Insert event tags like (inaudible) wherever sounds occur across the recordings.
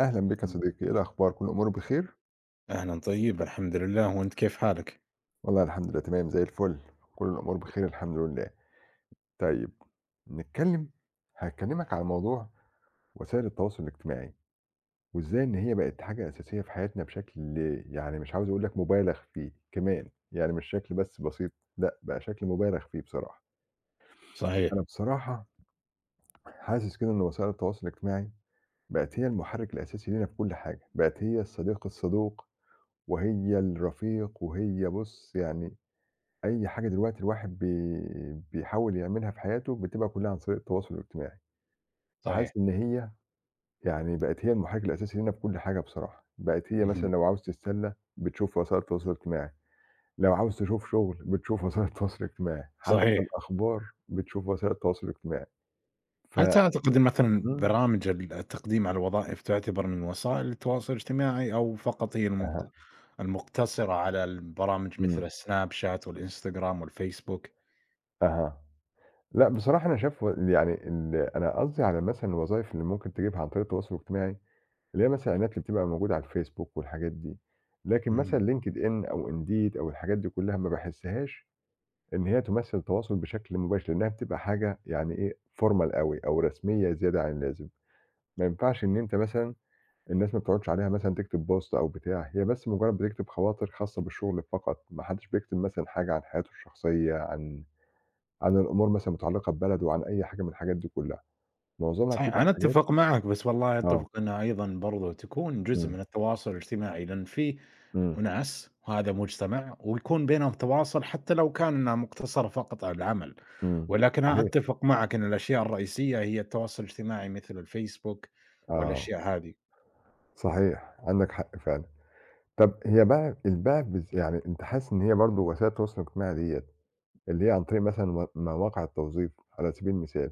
أهلا بك يا صديقي، إيه الأخبار؟ كل الأمور بخير؟ أهلًا طيب، الحمد لله، وأنت كيف حالك؟ والله الحمد لله تمام زي الفل، كل الأمور بخير الحمد لله. طيب، نتكلم هاكلمك عن موضوع وسائل التواصل الاجتماعي، وإزاي إن هي بقت حاجة أساسية في حياتنا بشكل، يعني مش عاوز أقول لك مبالغ فيه كمان، يعني مش شكل بس بسيط، لأ بقى شكل مبالغ فيه بصراحة. صحيح، أنا بصراحة حاسس كده إن وسائل التواصل الاجتماعي بقت هي المحرك الأساسي لينا في كل حاجة، بقت هي الصديق الصدوق وهي الرفيق وهي بُص، يعني أي حاجة دلوقتي الواحد بيحاول يعملها في حياته بتبقى كلّها عن طريق التواصل الاجتماعي، صحيح. فحاسس إن هي، يعني بقت هي المحرك الأساسي لينا في كل حاجة بصراحة، بقت هي مثلًا اهم، لو عاوز تتسلّى بتشوف وسائل التواصل الاجتماعي، لو عاوز تشوف شغل بتشوف (laughs) وسائل التواصل الاجتماعي، حتى صحيح. الأخبار بتشوف وسائل التواصل الاجتماعي. ف هل تعتقد إن مثلًا إمم. برامج التقديم على الوظائف تعتبر من وسائل التواصل الاجتماعي أو فقط هي أها. المقتصرة على البرامج مثل إمم. السناب شات والإنستغرام والفيسبوك؟ أها. لأ بصراحة أنا شايف، يعني أنا قصدي على مثلًا الوظايف اللي ممكن تجيبها عن طريق التواصل الاجتماعي، اللي هي مثلًا الإعلانات اللي بتبقى موجودة على الفيسبوك والحاجات دي، لكن مثلًا اهم، LinkedIn أو Indeed أو الحاجات دي كلّها ما باحسّهاش إن هي تمثّل تواصل بشكل مباشر، لإنها بتبقى حاجة يعني إيه formal أوي أو رسمية زيادة عن اللازم، ما ينفعش إن أنت مثلًا، الناس ما بتقعدش عليها مثلًا تكتب بوست أو بتاع، هي بس مجرّد بتكتب خواطر خاصة بالشغل فقط، ما حدّش بيكتب مثلًا حاجة عن حياته الشخصية، عن الأمور مثلًا متعلقة ببلده، عن أي حاجة من الحاجات دي كلّها، معظمها صحيح، بتبقى أنا حاجات. أتفق معك، بس والله آه. أتفق إنها أيضًا برضو تكون جزء إمم. من التواصل الاجتماعي، لأن في إمم. وناس وهذا مجتمع ويكون بينهم تواصل حتى لو كان إنها مقتصرة فقط على العمل، إمم. ولكن أنا صحيح. أتفق معك إن الأشياء الرئيسية هي التواصل الاجتماعي مثل الفيسبوك آه. والأشياء هذه، صحيح، عندك حق فعلًا. طَب هي بقى، البيع بالذ يعني أنت حاسس إن هي برضه وسائل التواصل الاجتماعي ديّة، اللي هي عن طريق مثلًا مواقع التوظيف على سبيل المثال،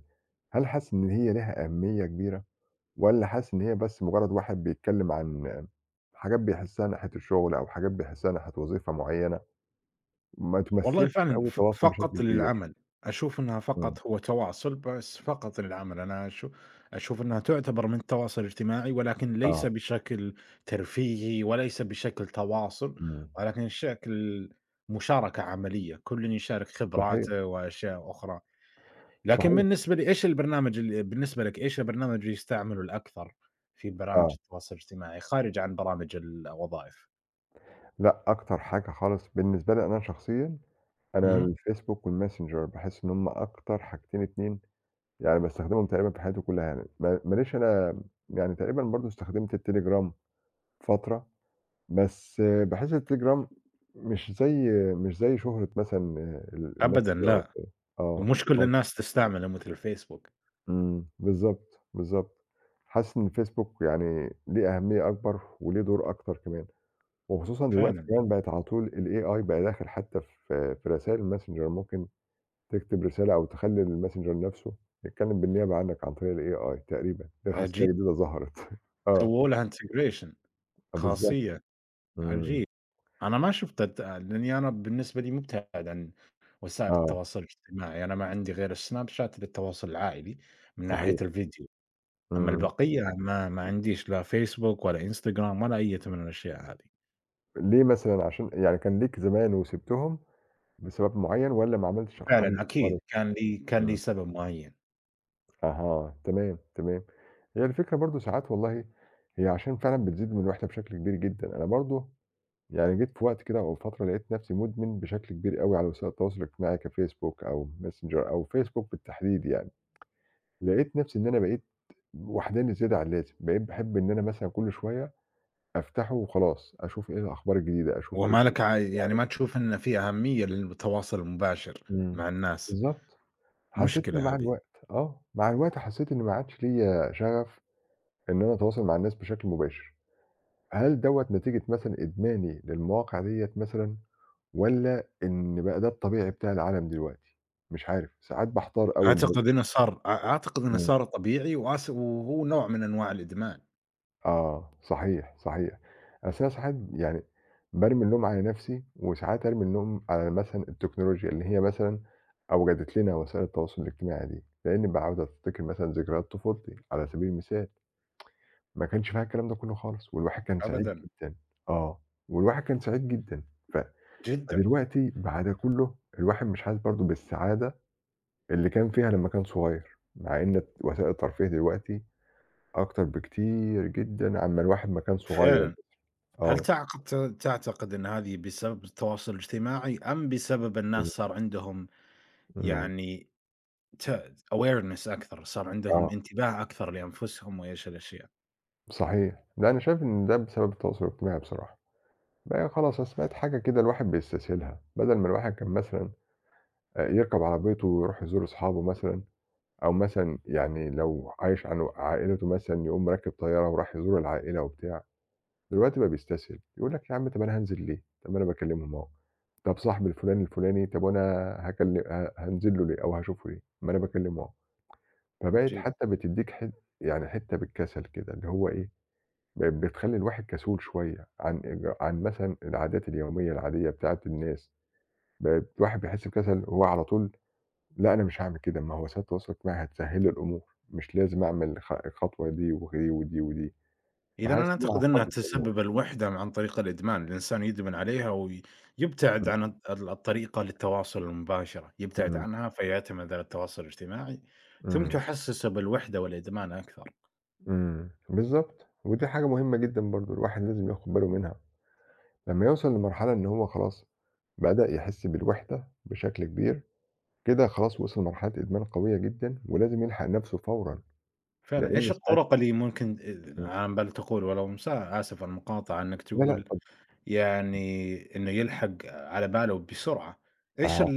هل حاسس إن هي ليها أهمية كبيرة، والّا حاسس إن هي بس مجرّد واحد بيتكلّم عن حاجات بيحسّها ناحية الشغل أو حاجات بيحسّها ناحية وظيفة معيّنة، ما والله تمثّلش فعلًا أوي التواصل بشكل فقط كبير؟ للعمل، أشوف إنها إمم. فقط هو تواصل بس فقط للعمل، أنا أش أشوف إنها تعتبر من التواصل الاجتماعي ولكن آه. ليس بشكل ترفيهي وليس بشكل تواصل، إمم. ولكن شكل مشاركة عملية، كل يشارك صحيح، خبراته وأشياء أخرى. لكن صحيح. بالنسبة لي إيش البرنامج ال بالنسبة لك إيش البرنامج اللي يستعمله الأكثر في برامج آه. التواصل الاجتماعي خارج عن برامج الوظائف؟ لأ، أكتر حاجة خالص بالنسبة لي أنا شخصيًا، أنا اهم، الفيسبوك والماسنجر باحس إن هُم أكتر حاجتين 2، يعني باستخدمهم تقريبًا في حياتي كلّها، يعني ما ماليش أنا، يعني تقريبًا برضه استخدمت التليجرام فترة، بس باحس التليجرام مش زي مش زي شهرة مثلًا أبدًا الماسنجر أو لأ، كده. آه. ومش كل آه. الناس تستعمله مثل الفيسبوك، إمم، بالضبط، بالضبط. حاسس إن الفيسبوك يعني ليه أهمية أكبر وليه دور أكتر كمان، وخصوصًا دلوقتي فعلًا كمان بقت على طول الAI بقى داخل حتى في رسايل الماسنجر، ممكن تكتب رسالة أو تخلّي الMessenger نَفْسه يتكلّم بالنيابة عنّك عن طريق الAI تقريبًا، دي خاصية عجيب جديدة ظهرت. (laughs) آه، سووا لها integration بالضبط. خاصية، إمم. عجيب أنا ما شفتها لأني أنا بالنسبة لي مبتعد عن وسائل آه. التواصل الاجتماعي، أنا ما عندي غير السناب شات للتواصل العائلي من ناحية صحيح. الفيديو، أما إمم. البقية ما عنديش لا فيسبوك ولا إنستجرام ولا أية من الأشياء هذه. ليه مثلًا؟ عشان يعني كان ليك زمان وسِبتهم بسبب معيّن، والّا ما عملتش فعلًا حل أكيد، خالص؟ كان لي إمم. سبب معيّن، أها، تمام، تمام. هي الفكرة برضه ساعات والله، هي عشان فعلًا بتزيد من الوحدة بشكل كبير جدًا، أنا برضه يعني جيت في وقت كده أو فترة لقيت نَفْسي مُدمن بشكل كبير أوي على وسائل التواصل الاجتماعي، كFacebook أو Messenger أو Facebook بالتحديد يعني. لقيت نفسي إن أنا بقيت وحداني زيادة عن اللازم، بقيت باحب إن أنا مثلًا كل شوية أفتحه وخلاص، أشوف إيه الأخبار الجديدة، أشوف إيه وما لك ع يعني ما تشوف إن في أهمية للتواصل المباشر إمم، مع الناس، بالضبط، حسيت إن مشكلة مع هذه، الوقت آه، مع الوقت حسيت إن ما عادش ليّا شغف إن أنا أتواصل مع الناس بشكل مباشر، هل دوّة نتيجة مثلًا إدماني للمواقع ديّة مثلًا، والّا إن بقى ده الطبيعي بتاع العالم دلوقتي؟ مش عارف، ساعات باحتار أوي. أعتقد إنه صار أ أعتقد إنه إمم. صار طبيعي وهو نوع من أنواع الإدمان، آه، صحيح، صحيح. أصل أنا ساعات يعني بارمي اللوم على نَفْسي، وساعات أرمي اللوم على مثلًا التكنولوجيا اللي هي مثلًا أوجدت لنا وسائل التواصل الاجتماعي دي، لإنّي باعُود أفتكر مثلًا ذكريات طفولتي على سبيل المثال، ما كانش فيها الكلام ده كُلّه خالص والواحد كان سعيد أبدًا، جدًا. آه، والواحد كان سعيد جدًا. ف جدًا، فدلوقتي بعد ده كُلّه الواحد مش حاسس برضه بالسعادة اللي كان فيها لمّا كان صغير، مع إن وسائل الترفيه دلوقتي أكتر بكتير جدًا عمّا الواحد ما كان صغير. فعلًا، هل آه. تعقت تعتقد إن هذه بسبب التواصل الاجتماعي أم بسبب إمم. الناس صار عندهم إمم. يعني ت awareness أكثر، صار آه، عندهم انتباه أكثر لأنفسهم وإيش الأشياء؟ صحيح. لأ أنا شايف إن ده بسبب التواصل الاجتماعي بصراحة، بقى خلاص أصل بقت حاجة كده الواحد بيستسهلها، بدل ما الواحد كان مثلًا يركب عربيته ويروح يزور أصحابه مثلًا، أو مثلًا يعني لو عايش عن عائلته مثلًا يقوم راكب طيارة وراح يزور العائلة وبتاع، دلوقتي بقى بيستسهل، يقول لك يا عم، طب أنا هانزل ليه؟ طب ما أنا باكلمهم أهو، طب صاحبي الفلاني الفلاني، طب وأنا هاكل ه هانزل له ليه أو هاشوفه ليه؟ ما أنا باكلمه أهو، فبقت حتى بتدّيك يعني حتة بالكسل كده اللي هو إيه، بتخلّي الواحد كسول شوية عن إج عن مثلًا العادات اليومية العادية بتاعة الناس، بقت الواحد بيحس بكسل هو على طول، لأ أنا مش هاعمل كده، ما هو وسائل التواصل الاجتماعي هتسهّل لي الأمور، مش لازم أعمل الخطوة دي ودي ودي ودي، إذًا فحاسس أنا إن هي أعتقد أنها عقّدِت الأمور. تسبب الوحدة عن طريق الإدمان، الإنسان يدمن عليها ويبتعد إمم. عن الطريقة للتواصل المباشرة، يبتعد إمم. عنها فيعتمد على التواصل الاجتماعي، ثم إمم. تحسسه بالوحدة والإدمان أكثر، إمم، بالضبط، ودي حاجة مهمة جدًا برضه الواحد لازم ياخد باله منها، لمّا يوصل لمرحلة إن هو خلاص بدأ يحس بالوحدة بشكل كبير، كده خلاص وصل لمرحلة إدمان قوية جدًا، ولازم يلحق نَفْسه فورًا. فعلًا لإن إيش ساعات، الطرق اللي ممكن إمم، عم بال تقول ولو آسف على المقاطعة إنك لا، لأ تقول طبعًا، يعني إنه يلحق على باله بسرعة، إيش آه،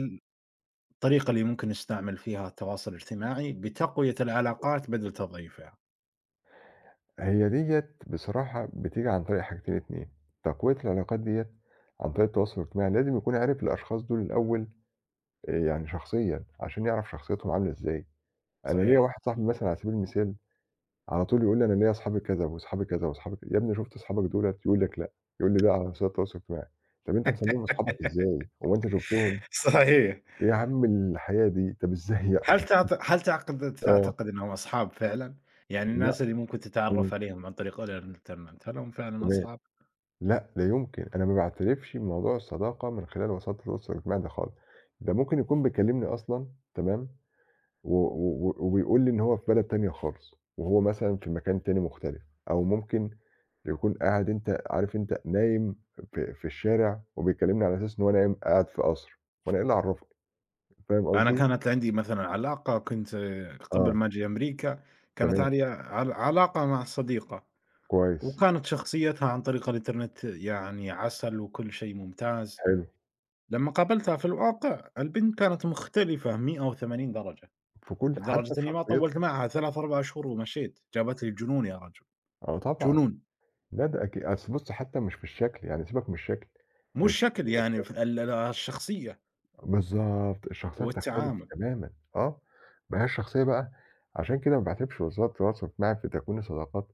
الطريقة اللي ممكن نستعمل فيها التواصل الاجتماعي بتقوية العلاقات بدل تضعيفها؟ هي ديّة بصراحة بتيجي عن طريق حاجتين، 2 تقوية العلاقات ديّة عن طريق التواصل الاجتماعي، لازم يكون عارف الأشخاص دول الأول، يعني شخصيًا، عشان يعرف شخصيتهم عاملة إزاي. أنا ليّا صحيح، واحد صاحبي مثلًا على سبيل المثال، على طول يقول لي أنا ليّا أصحابي كذا، وأصحابي كذا، وأصحابي كذا، يا ابني شُفت أصحابك دُولة؟ يقول لك لأ، يقول لي ده على وسائل التواصل الاجتماعي. طَب أنت مسميهم أصحابك إزاي؟ هو أنت شُفتهم؟ (laughs) صحيح. إيه يا عم الحياة دي؟ طَب إزاي هل يعني؟ تعت هل تعقد آه، تعتقد إنهم أصحاب فعلًا؟ يعني لأ، الناس اللي ممكن إمم، تتعرّف عليهم عن طريق الإنترنت، هل هم فعلًا تمام. أصحاب؟ لأ، لا يمكن، أنا ما باعترفش بموضوع الصداقة من خلال وساطة التواصل الاجتماعي ده خالص، ده ممكن يكون بيكلمني أصلًا، تمام، و و و وبيقول لي إن هو في بلد تانية خالص، وهو مثلًا في مكان تاني مختلف، أو ممكن يكون قاعد، أنت عارف، أنت نايم في الشارع وبيكلمني على أساس إن هو نايم قاعد في قصر، وأنا إيه اللي عرّفني؟ فاهم أنا قصدي؟ كانت عندي مثلًا علاقة كنت قبل آه، ما أجي أمريكا، كانت تمام، علي عل علاقة مع صديقة، كويس، وكانت شخصيتها عن طريق الإنترنت يعني عسل وكل شيء ممتاز، حلو، لمّا قابلتها في الواقع البنت كانت مختلفة 180 درجة، في كل حتى لدرجة في إني ما شخصيتها، طوّلت معها 3، 4 شهور ومشيت، جابت لي جنون يا رجل، آه طبعًا. جنون. لا ده أصل بُص، حتى مش في الشكل، يعني سيبك من الشكل، مو الشكل الشخصية يعني نفسها. ف ال ال الشخصية بالضبط، الشخصية بتختلف والتعامل، تمامًا، آه، ما هي الشخصية بقى، عشان كده ما باعتبرش وسيلة التواصل الاجتماعي في تكوين الصداقات،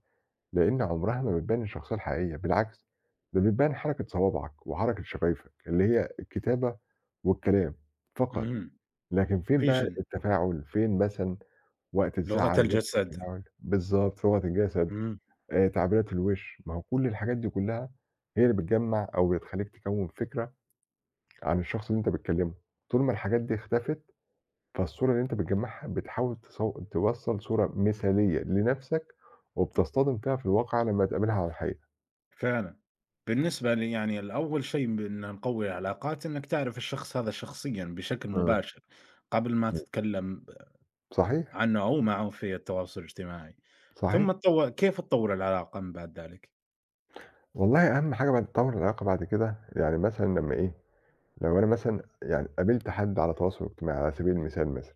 لإن عمرها ما بتبان الشخصية الحقيقية، بالعكس ده بتبان حركة صوابعك وحركة شفايفك، اللي هي الكتابة والكلام فقط، إمم، لكن فين بقى vision التفاعل؟ فين مثلًا وقت لغة الزعل؟ وقت الجسد، التفاعل بالضبط، لغة الجسد، إمم، تعبيرات الوش، ما هو كل الحاجات دي كلها هي اللي بتجمّع، أو بتخلّيك تكوّن فكرة عن الشخص اللي أنت بتكلمه، طول ما الحاجات دي اختفت فالصورة اللي أنت بتجمّعها بتحاول توصّل صورة مثالية لنَفْسك، وبتصطدم فيها في الواقع لمّا تقابلها على الحقيقة. فعلًا. بالنسبة لي يعني أول شيء بإن نقوي العلاقات إنك تعرف الشخص هذا شخصيًا بشكل إمم. مباشر، قبل ما إمم. تتكلم صحيح، عنه أو معه في التواصل الاجتماعي، ثم صحيح. كيف تطور العلاقة من بعد ذلك؟ والله أهم حاجة بعد تطوّر العلاقة بعد كده، يعني مثلًا لمّا إيه، لو أنا مثلًا يعني قابلت حد على تواصل اجتماعي على سبيل المثال مثلًا،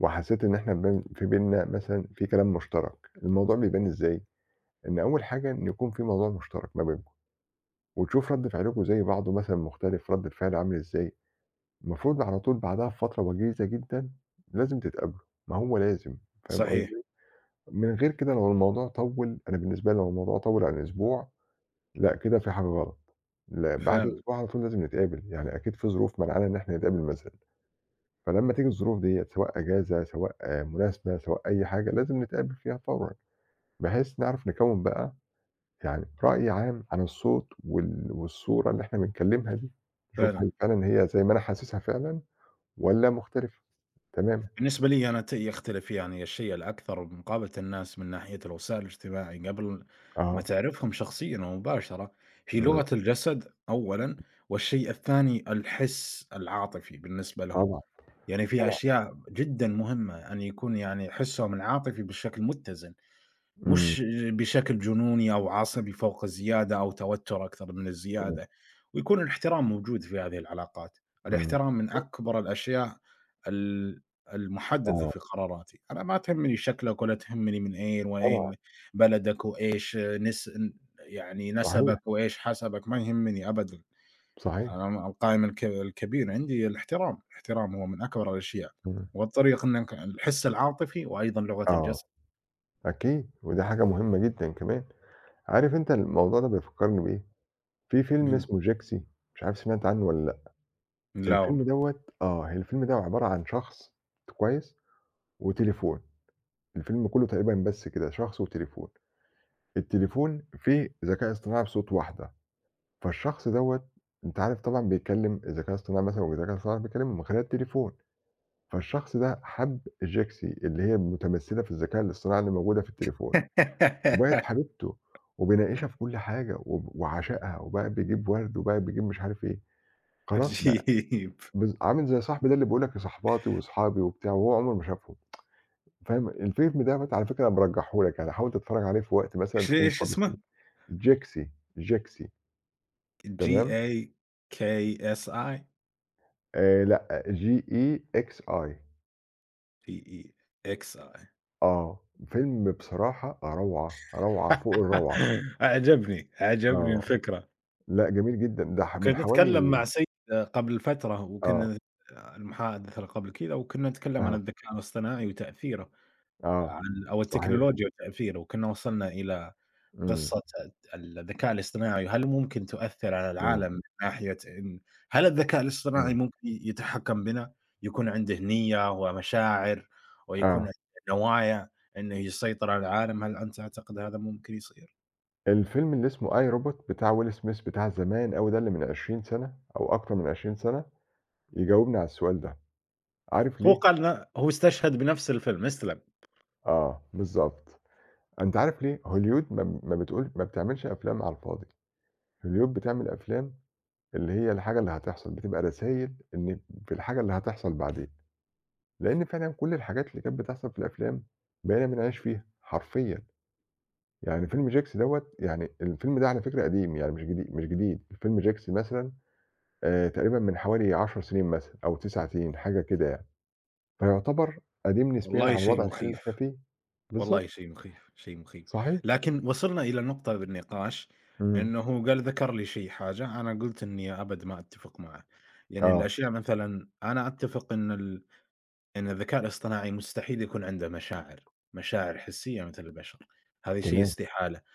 وحسّيت إن إحنا بيننا مثلًا في كلام مشترك، الموضوع بيبان إزاي؟ إن أول حاجة إن يكون في موضوع مشترك ما بينكم، وتشوف رَد فعلكم زي بعضه مثلًا مختلف، رَد الفعل عامل إزاي. المفروض على طول بعدها بفترة وجيزة جدًا لازم تتقابلوا، ما هو لازم، فاهم صحيح، قصدي؟ من غير كده لو الموضوع طوِّل، أنا بالنسبة لي لو الموضوع طوِّل عن أسبوع، لأ كده في حاجة غلط، لأ بعد فعلًا، أسبوع على طول لازم نتقابل، يعني أكيد في ظروف منعانا إن إحنا نتقابل مثلًا، فلمّا تيجي الظروف ديّة سواء إجازة سواء مناسبة سواء أي حاجة، لازم نتقابل فيها فورًا، بحيث نعرف نكوِّن بقى يعني رأي عام عن الصوت والصورة اللي إحنا بنكلمها دي، نشوف فعلًا. هل فعلًا هي زي ما أنا حاسسها فعلًا، والّا مختلفة تمامًا. بالنسبة لي أنا يختلف يعني الشيء الأكثر مقابلة الناس من ناحية الوسائل الاجتماعي قبل ما آه، تعرفهم شخصيًا ومباشرة، هي إمم، لغة الجسد أولًا، والشيء الثاني الحس العاطفي بالنسبة لهم، طبعًا، يعني في طبعًا. أشياء جدًا مهمة أن يكون يعني حسهم العاطفي بشكل متزن. إمم. مش بشكل جنوني أو عصبي فوق الزيادة أو توتر أكثر من إمم. الزيادة، ويكون الاحترام موجود في هذه العلاقات، إمم. الاحترام من أكبر الأشياء ال المحددة آه، في قراراتي، أنا ما تهمني شكلك ولا تهمني من أين طبعًا، وأين بلدك وإيش يعني صحيح، نسبك وإيش حسبك ما يهمني أبدًا، صحيح، أنا م القائم الك الكبير عندي الاحترام، الاحترام هو من أكبر الأشياء، إمم، والطريق إنك الحس العاطفي وأيضًا لغة آه، الجسد. أكيد، ودي حاجة مهمة جدًا كمان. عارف أنت الموضوع ده بيفكّرني بإيه؟ في فيلم اهم، اسمه جيكسي، مش عارف سمعت عنه والّا لأ؟ لا الفيلم والله. دوّة آه، الفيلم ده عبارة عن شخص، كويس، وتليفون، الفيلم كُلّه تقريبًا بس كده شخص وتليفون، التليفون فيه ذكاء اصطناعي بصوت واحدة. فالشخص دوّة، أنت عارف طبعًا، بيتكلّم الذكاء الاصطناعي مثلًا والذكاء الاصطناعي بيتكلّم من خلال التليفون، فالشخص ده حَب الجيكسي اللي هي متمثّلة في الذكاء الاصطناعي اللي موجودة في التليفون، وبقت (laughs) حبيبته وبيناقشها في كل حاجة وعشقها، وبقى بيجيب ورد، وبقى بيجيب مش عارف إيه، خلاص بقى عجيب عامل زي صاحبي ده اللي بيقول لك صاحباتي وأصحابي وبتاع وهو عمره ما شافهم، فاهم؟ الفيلم دوّة على فكرة أنا بارجّحه لك، يعني حاول تتفرّج عليه في وقت مثلًا إيش تكون إيش فاضي فيه، اسمه؟ جيكسي، جيكسي، تمام؟ GAKSI لأ GEXI. GEXI آه، فيلم بصراحة روعة، روعة فوق الروعة، (laughs) أعجبني، أعجبني آه، الفكرة. لأ جميل جدًا، ده من كنت أتكلم حوالي، مع سيد قبل فترة آه، وكنا المحادثة اللي قبل كذا وكنا نتكلم عن أها، الذكاء الاصطناعي وتأثيره آه، أو صحيح، التكنولوجيا وتأثيره وكنا وصلنا إلى إمم، قصة الذكاء الاصطناعي، هل ممكن تؤثّر على إمم، العالم من ناحية هل الذكاء إمم، الاصطناعي ممكن يتحكّم بنا؟ يكون عنده نيّة ومشاعر ويكون آه، عنده نوايا إنه يسيطر على العالم، هل أنت تعتقد هذا ممكن يصير؟ الفيلم اللي اسمه I Robot بتاع Will Smith بتاع زمان أوي، ده اللي من 20 سنة أو أكتر من 20 سنة، يجاوبني على السؤال ده، عارف هو ليه؟ قال ن هو استشهد بنفْس الفيلم، اسلم، آه، بالضبط. أنت عارف ليه؟ هوليود، ما بتعملش أفلام على الفاضي، هوليود بتعمل أفلام اللي هي الحاجة اللي هتحصل، بتبقى رسايل إن في الحاجة اللي هتحصل بعدين. لإن فعلًا كل الحاجات اللي كانت بتحصل في الأفلام بقينا بنعيش فيها حرفيًا، يعني فيلم جاكس دوّة يعني الفيلم ده على فكرة قديم يعني مش جديد، مش جديد، فيلم جاكس مثلًا، تقريبًا من حوالي 10 سنين مثلًا أو 9 سنين، حاجة كده يعني، فيعتبر قديم نسبيًا عن والله شيء الوضع الحالي اللي إحنا مخيف. فيه. بالضبط، والله شيء مخيف، شيء مخيف. صحيح، لكن وصلنا إلى نقطة بالنقاش إمم، إنه هو ذكر لي حاجة، أنا قُلت إني أبد ما أتفق معه. يعني آه، الأشياء مثلًا أنا أتفق إن الذكاء الاصطناعي مستحيل يكون عنده مشاعر، مشاعر حسية مثل البشر، هذا شيء تمام، استحالة. إمم.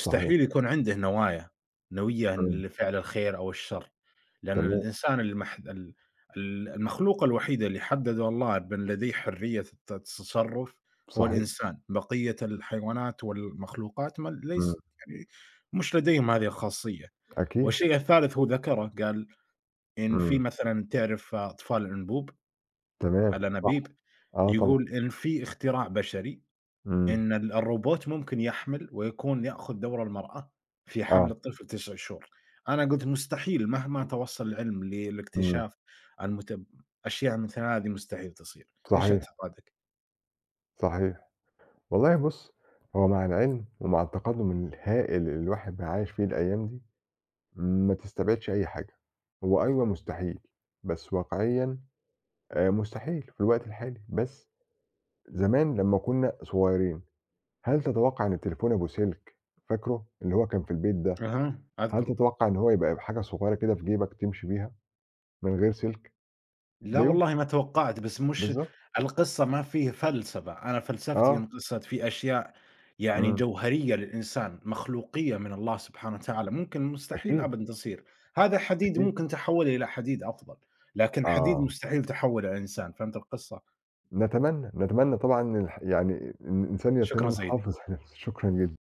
صحيح، يكون عنده نوايا، نوية إمم، لفعل الخير أو الشر. لأن تمام، الإنسان المح ال ال المخلوق الوحيد اللي حدّده الله بأن لديه حرية التصرُّف هو صحيح، الإنسان، بقية الحيوانات والمخلوقات ما إمم، ليس يعني مش لديهم هذه الخاصية، أكيد، والشيء الثالث هو ذكره، قال إن في إمم، مثلًا تعرف أطفال الأنبوب؟ تمام، الأنابيب، صح، آه طبعًا، يقول إن في اختراع بشري إمم، إن الروبوت ممكن يحمل ويكون يأخذ دور المرأة في حمل آه، الطفل 9 شهور. أنا قُلت مستحيل مهما توصّل العلم إمم، للاكتشاف المت أشياء مثل هذه مستحيل تصير. إيش صحيح، اعتقادك؟ صحيح. والله بُص، هو مع العلم ومع التقدُّم الهائل اللي الواحد بقى عايش فيه الأيام دي، ما تستبعدش أي حاجة. هو أيوه مستحيل، بس واقعيًا، مستحيل في الوقت الحالي، بس زمان لمّا كُنّا صغيرين، هل تتوقّع إن التليفون أبو سلك، فاكره؟ اللي هو كان في البيت ده، أها، هل أذكره. تتوقّع إن هو يبقى بحاجة صغيّرة كده في جيبك تمشي بيها من غير سلك؟ لا لا والله يمكن، ما توقعت، بس مش بالضبط. القصة ما فيه فلسفة، أنا فلسفتي آه، انقصت في أشياء يعني إمم، جوهرية للإنسان، مخلوقية من الله سبحانه وتعالى، ممكن مستحيل أكيد، أبدًا تصير، هذا حديد أكيد. ممكن تحوّله إلى حديد أفضل، لكن حديد آه. مستحيل تحوّله إلى إنسان، فهمت القصة؟ نتمنى طبعًا إن يعني إن الإنسان شكرًا سيدي. حافظ (laughs) على نفسه، شكرًا جدًا.